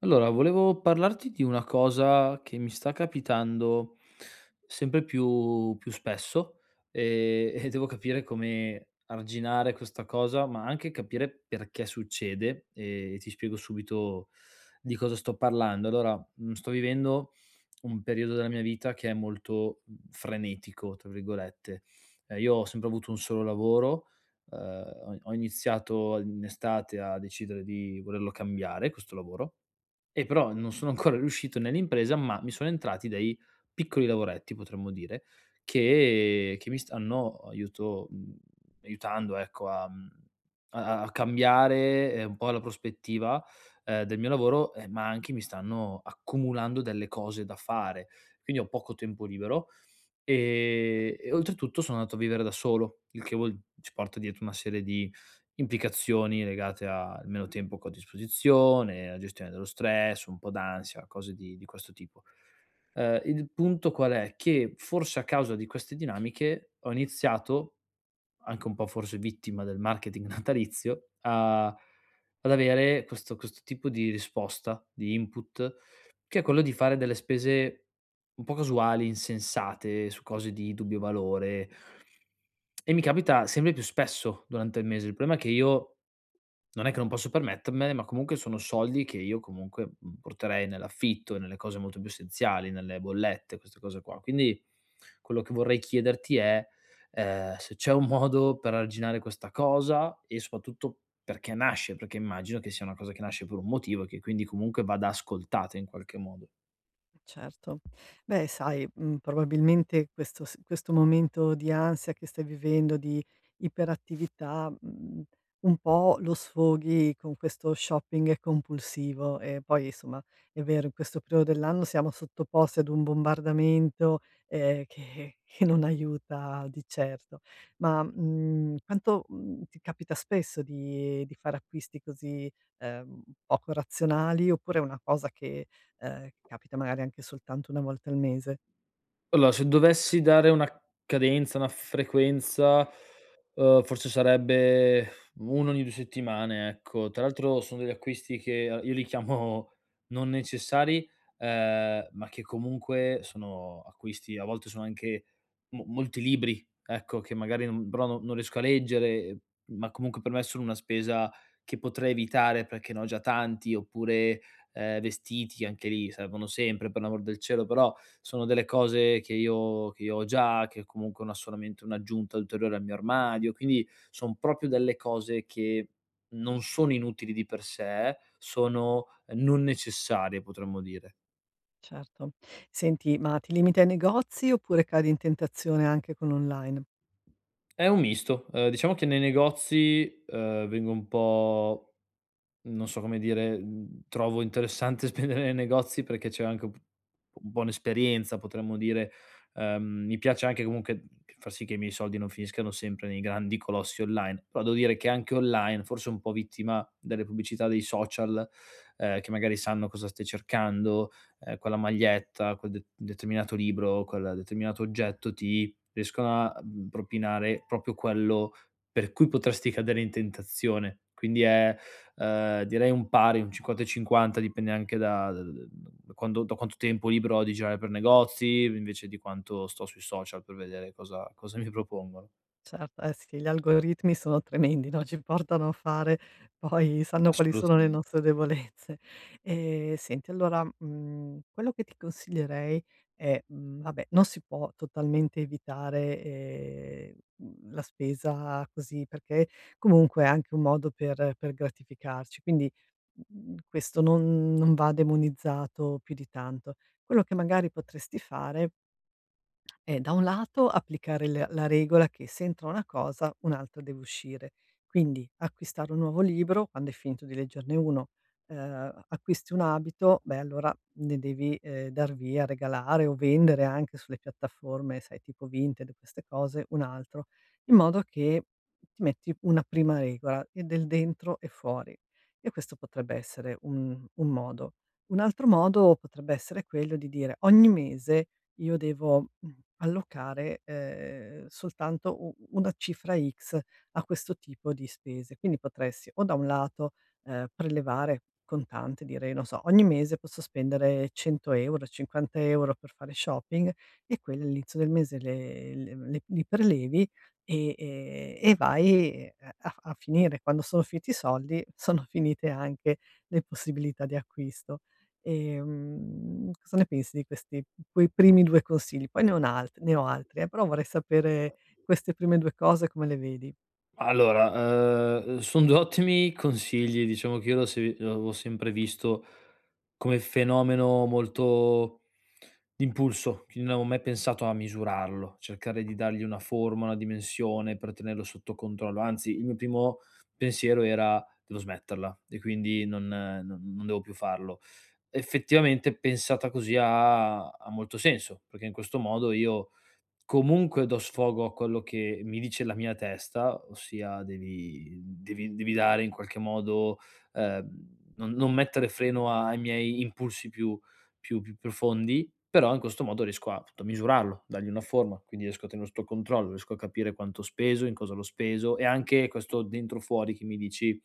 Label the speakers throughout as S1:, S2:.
S1: Allora, volevo parlarti di una cosa che mi sta capitando sempre più spesso e devo capire come arginare questa cosa, ma anche capire perché succede e ti spiego subito di cosa sto parlando. Allora, sto vivendo un periodo della mia vita che è molto frenetico, tra virgolette. Io ho sempre avuto un solo lavoro, ho iniziato in estate a decidere di volerlo cambiare, questo lavoro e però non sono ancora riuscito nell'impresa, ma mi sono entrati dei piccoli lavoretti, potremmo dire, che mi stanno aiutando ecco a mhmm, a a cambiare, un po' la prospettiva, del mio lavoro, ma anche mi stanno accumulando delle cose da fare. Quindi ho poco tempo libero. E oltretutto sono andato a vivere da solo, il che vuol ci porta dietro una serie di implicazioni legate al meno tempo che ho a disposizione, la gestione dello stress, un po' d'ansia, cose di questo tipo. Il punto qual è? Che forse a causa di queste dinamiche ho iniziato anche un po', forse vittima del marketing natalizio, a ad avere questo tipo di risposta, di input, che è quello di fare delle spese un po' casuali, insensate, su cose di dubbio valore. E mi capita sempre più spesso durante il mese. Il problema è che io non è che non posso permettermele, ma comunque sono soldi che io comunque, porterei nell'affitto, nelle cose molto più essenziali, nelle bollette, queste cose qua. Quindi quello che vorrei chiederti è, se c'è un modo per arginare questa cosa e soprattutto perché nasce, perché immagino che sia una cosa che nasce per un motivo e che quindi comunque vada ascoltata in qualche modo.
S2: Certo. Beh, sai, probabilmente questo momento di ansia che stai vivendo, di iperattività, un po' lo sfoghi con questo shopping compulsivo e poi, insomma, è vero, in questo periodo dell'anno siamo sottoposti ad un bombardamento, che che non aiuta di certo. Ma, quanto, ti capita spesso di fare acquisti così, poco razionali, oppure è una cosa che capita magari anche soltanto una volta al mese.
S1: Allora, se dovessi dare una cadenza, una frequenza, forse sarebbe 1 ogni 2 settimane, ecco. Tra l'altro sono degli acquisti che a io li chiamo non necessari, ma che comunque sono acquisti, a volte sono anche mo molti libri, ecco, che magari non però non non riesco a leggere, ma comunque per me sono una spesa che potrei evitare perché ne ho già tanti, oppure, vestiti, anche lì servono sempre, per l'amor del cielo, però sono delle cose che io ho già, che comunque una solamente un'aggiunta ulteriore al mio armadio, quindi son proprio delle cose che non sono inutili di per sé, sono non necessarie, potremmo dire.
S2: Certo. Senti, ma ti limiti ai negozi oppure cadi in tentazione anche con l'online?
S1: È un misto, diciamo che nei negozi, vengo un po'. Non so come dire, trovo interessante spendere nei negozi perché c'è anche un po' un'esperienza, potremmo dire. Mi piace anche comunque far sì che i miei soldi non finiscano sempre nei grandi colossi online, però devo dire che anche online, forse un po' vittima delle pubblicità dei social, che magari sanno cosa stai cercando, quella maglietta, quel de determinato libro, quel determinato oggetto, ti riescono a, propinare proprio quello per cui potresti cadere in tentazione. Quindi è. Direi un pari, un 50 e 50, dipende anche da da d da quando da quanto tempo libero ho di girare per negozi, invece di quanto sto sui social per vedere cosa mi propongono.
S2: Certo, eh sì, gli algoritmi sono tremendi, no, ci portano a fare poi sanno quali sono le
S1: Assolutamente.
S2: nostre debolezze. Senti allora, quello che ti consiglierei è, vabbè non si può totalmente evitare, la spesa così, perché comunque è anche un modo per gratificarci, quindi, questo non va demonizzato più di tanto. Quello che magari potresti fare è da un lato applicare le la regola che se entra una cosa un'altra deve uscire. Quindi acquistare un nuovo libro quando hai finito di leggerne uno, acquisti un abito, beh allora ne devi, dar via, regalare o vendere anche sulle piattaforme, sai tipo Vinted, queste cose, un altro, in modo che ti metti una prima regola e del dentro e fuori. E questo potrebbe essere un modo. Un altro modo potrebbe essere quello di dire: "Ogni mese io devo, allocare, soltanto u una cifra X a questo tipo di spese. Quindi potresti o da un lato, prelevare contante, direi, non so, ogni mese posso spendere 100 €, 50 € per fare shopping e quelle all'inizio del mese li prelevi e vai a finire. Quando sono finiti i soldi, sono finite anche le possibilità di acquisto. Cosa ne pensi di questi quei primi 2 consigli? Poi ne ho altri però vorrei sapere queste prime 2 cose come le vedi.
S1: Allora, son 2 ottimi consigli. Diciamo che io l'ho se l'avevo sempre visto come fenomeno molto d'impulso, che non avevo mai pensato a misurarlo, cercare di dargli una forma, una dimensione per tenerlo sotto controllo. Anzi, il mio primo pensiero era: "Devo smetterla e quindi non devo più farlo." Effettivamente, pensata così ha molto senso, perché in questo modo io comunque do sfogo a quello che mi dice la mia testa, ossia devi dare in qualche modo, ehm, non mettere freno a ai miei impulsi più profondi, però in questo modo riesco a appunto a misurarlo, dargli una forma, quindi riesco a tenerlo sotto controllo, riesco a capire quanto ho speso, in cosa l'ho speso, e anche questo dentro fuori che mi dici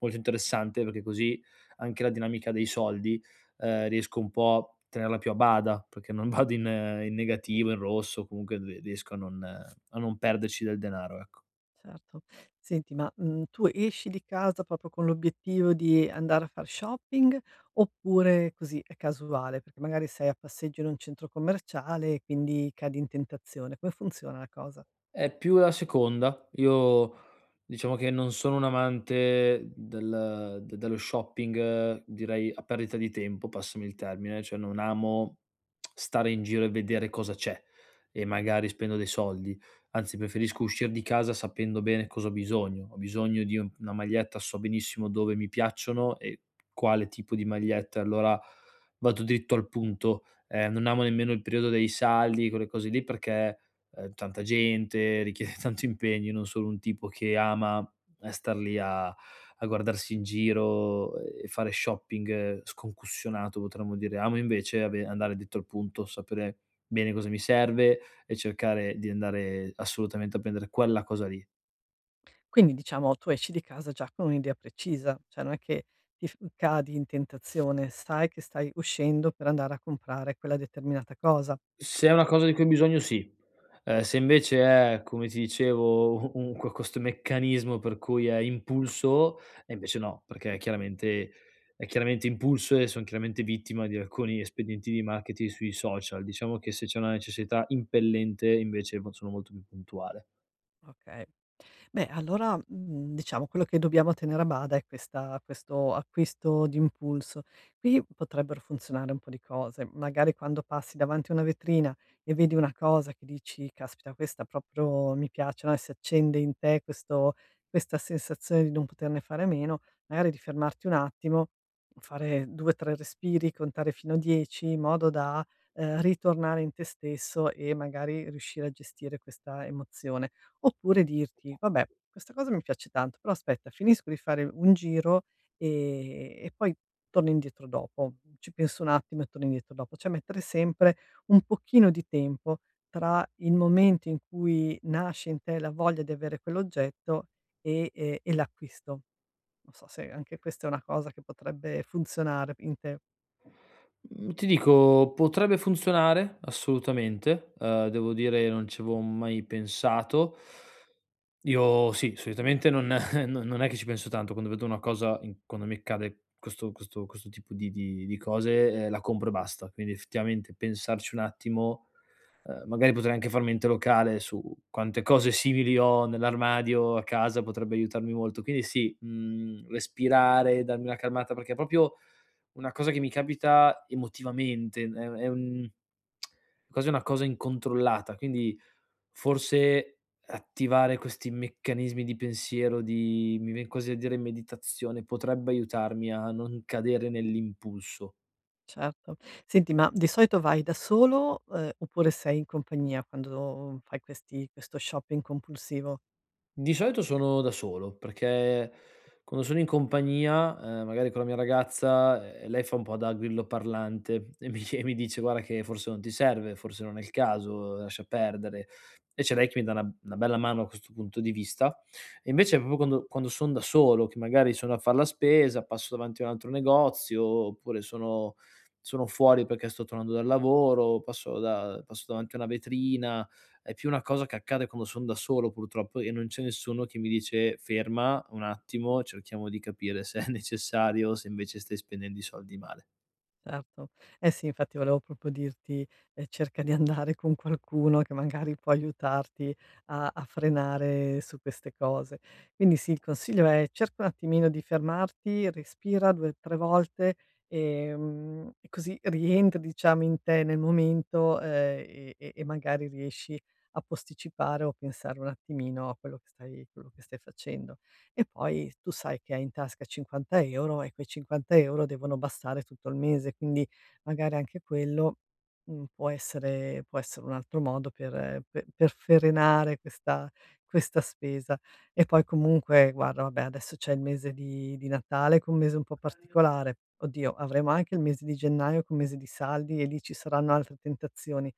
S1: molto interessante, perché così anche la dinamica dei soldi, riesco un po' a tenerla più a bada, perché non vado in in negativo, in rosso, comunque riesco a non perderci del denaro, ecco.
S2: Certo. Senti ma, tu esci di casa proprio con l'obiettivo di andare a far shopping, oppure così è casuale? Perché magari sei a passeggio in un centro commerciale e quindi cadi in tentazione. Come funziona la cosa?
S1: È più la seconda. Io diciamo che non sono un amante dello shopping, direi a perdita di tempo, passami il termine, cioè non amo stare in giro e vedere cosa c'è e magari spendo dei soldi. Anzi, preferisco uscir di casa sapendo bene cosa ho bisogno. Ho bisogno di un una maglietta, so benissimo dove mi piacciono e quale tipo di maglietta, allora vado dritto al punto. Non amo nemmeno il periodo dei saldi, quelle cose lì, perché tanta gente, richiede tanto impegno, non sono un tipo che ama, star lì a guardarsi in giro e fare shopping, sconcussionato, potremmo dire. Amo invece ave andare dritto al punto, sapere bene cosa mi serve e cercare di andare assolutamente a prendere quella cosa lì.
S2: Quindi diciamo tu esci di casa già con un'idea precisa, cioè non è che ti f cadi in tentazione, sai che stai uscendo per andare a comprare quella determinata cosa.
S1: Se è una cosa di cui ho bisogno, sì. Se invece è, come ti dicevo, u un co questo meccanismo per cui è impulso, e invece no, perché è chiaramente impulso e son chiaramente vittima di alcuni espedienti di marketing sui social. Diciamo che se c'è una necessità impellente invece mo sono molto più puntuale.
S2: Okay. Beh, allora, diciamo quello che dobbiamo tenere a bada è questa questo acquisto d'impulso. Qui potrebbero funzionare un po' di cose. Magari quando passi davanti a una vetrina e vedi una cosa che dici: "Caspita questa proprio mi piace", no, e si accende in te questo questa sensazione di non poterne fare a meno, magari di fermarti un attimo, fare 2, 3 respiri, contare fino a 10 in modo da, ritornare in te stesso e magari riuscire a gestire questa emozione. Oppure dirti: "Vabbè, questa cosa mi piace tanto, però aspetta finisco di fare un giro, e poi torno indietro dopo. Ci penso un attimo e torno indietro dopo." Cioè mettere sempre un pochino di tempo tra il momento in cui nasce in te la voglia di avere quell'oggetto e l'acquisto. Non so se anche questa è una cosa che potrebbe funzionare in te.
S1: Mhmm, Ti dico, potrebbe funzionare assolutamente, devo dire non ci avevo mai pensato. Io sì, solitamente non no non è che ci penso tanto quando vedo una cosa in quando mi accade questo tipo di cose, la compro e basta. Quindi effettivamente pensarci un attimo, magari potrei anche farmi mente locale su quante cose simili ho nell'armadio, a casa, potrebbe aiutarmi molto. Quindi sì, respirare, darmi una calmata, perché è proprio una cosa che mi capita emotivamente, è un quasi una cosa incontrollata, quindi forse attivare questi meccanismi di pensiero, di mi vien quasi a dire meditazione, potrebbe aiutarmi a non cadere nell'impulso.
S2: Certo. Senti, ma di solito vai da solo, oppure sei in compagnia quando fai questi questo shopping compulsivo?
S1: Di solito sono da solo, perché quando sono in compagnia, magari con la mia ragazza, lei fa un po' da grillo parlante e mi dice: "Guarda che forse non ti serve, forse non è il caso, lascia perdere." E c'è lei che mi dà una bella mano a questo punto di vista. E invece proprio quando son da solo, che magari sono a far la spesa, passo davanti a un altro negozio, oppure sono fuori perché sto tornando dal lavoro, passo davanti a una vetrina, è più una cosa che accade quando son da solo purtroppo e non c'è nessuno che mi dice: "Ferma un attimo, cerchiamo di capire se è necessario o se invece stai spendendo i soldi male".
S2: Certo. Eh sì, infatti volevo proprio dirti, cerca di andare con qualcuno che magari può aiutarti a a frenare su queste cose. Quindi sì, il consiglio è: cerca un attimino di fermarti, respira 2, 3 volte, e così rientri diciamo in te nel momento, e magari riesci a posticipare o pensare un attimino a quello che stai facendo e poi tu sai che hai in tasca 50 € e quei 50 € devono bastare tutto il mese, quindi magari anche quello, può essere un altro modo per pe per frenare questa spesa. E poi comunque guarda, vabbè, adesso c'è il mese di Natale, che è un mese un po' particolare. Oddio, avremo anche il mese di gennaio, che è un mese di saldi e lì ci saranno altre tentazioni,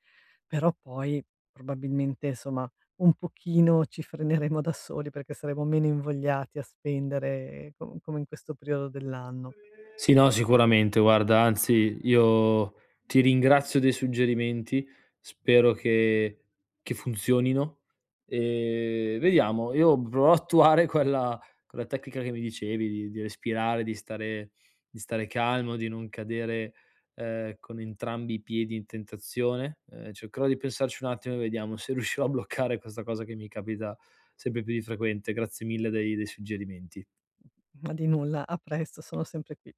S2: però poi probabilmente, insomma un pochino ci freneremo da soli perché saremo meno invogliati a spendere come in questo periodo dell'anno.
S1: Sì, no, sicuramente. Guarda, anzi, io ti ringrazio dei suggerimenti, spero che funzionino e vediamo. Io proverò a attuare quella tecnica che mi dicevi di respirare, di stare calmo, di non cadere, con entrambi i piedi in tentazione. Cercherò di pensarci un attimo e vediamo se riuscirò a bloccare questa cosa che mi capita sempre più di frequente. Grazie mille dei suggerimenti.
S2: Ma di nulla, a presto, sono sempre qui.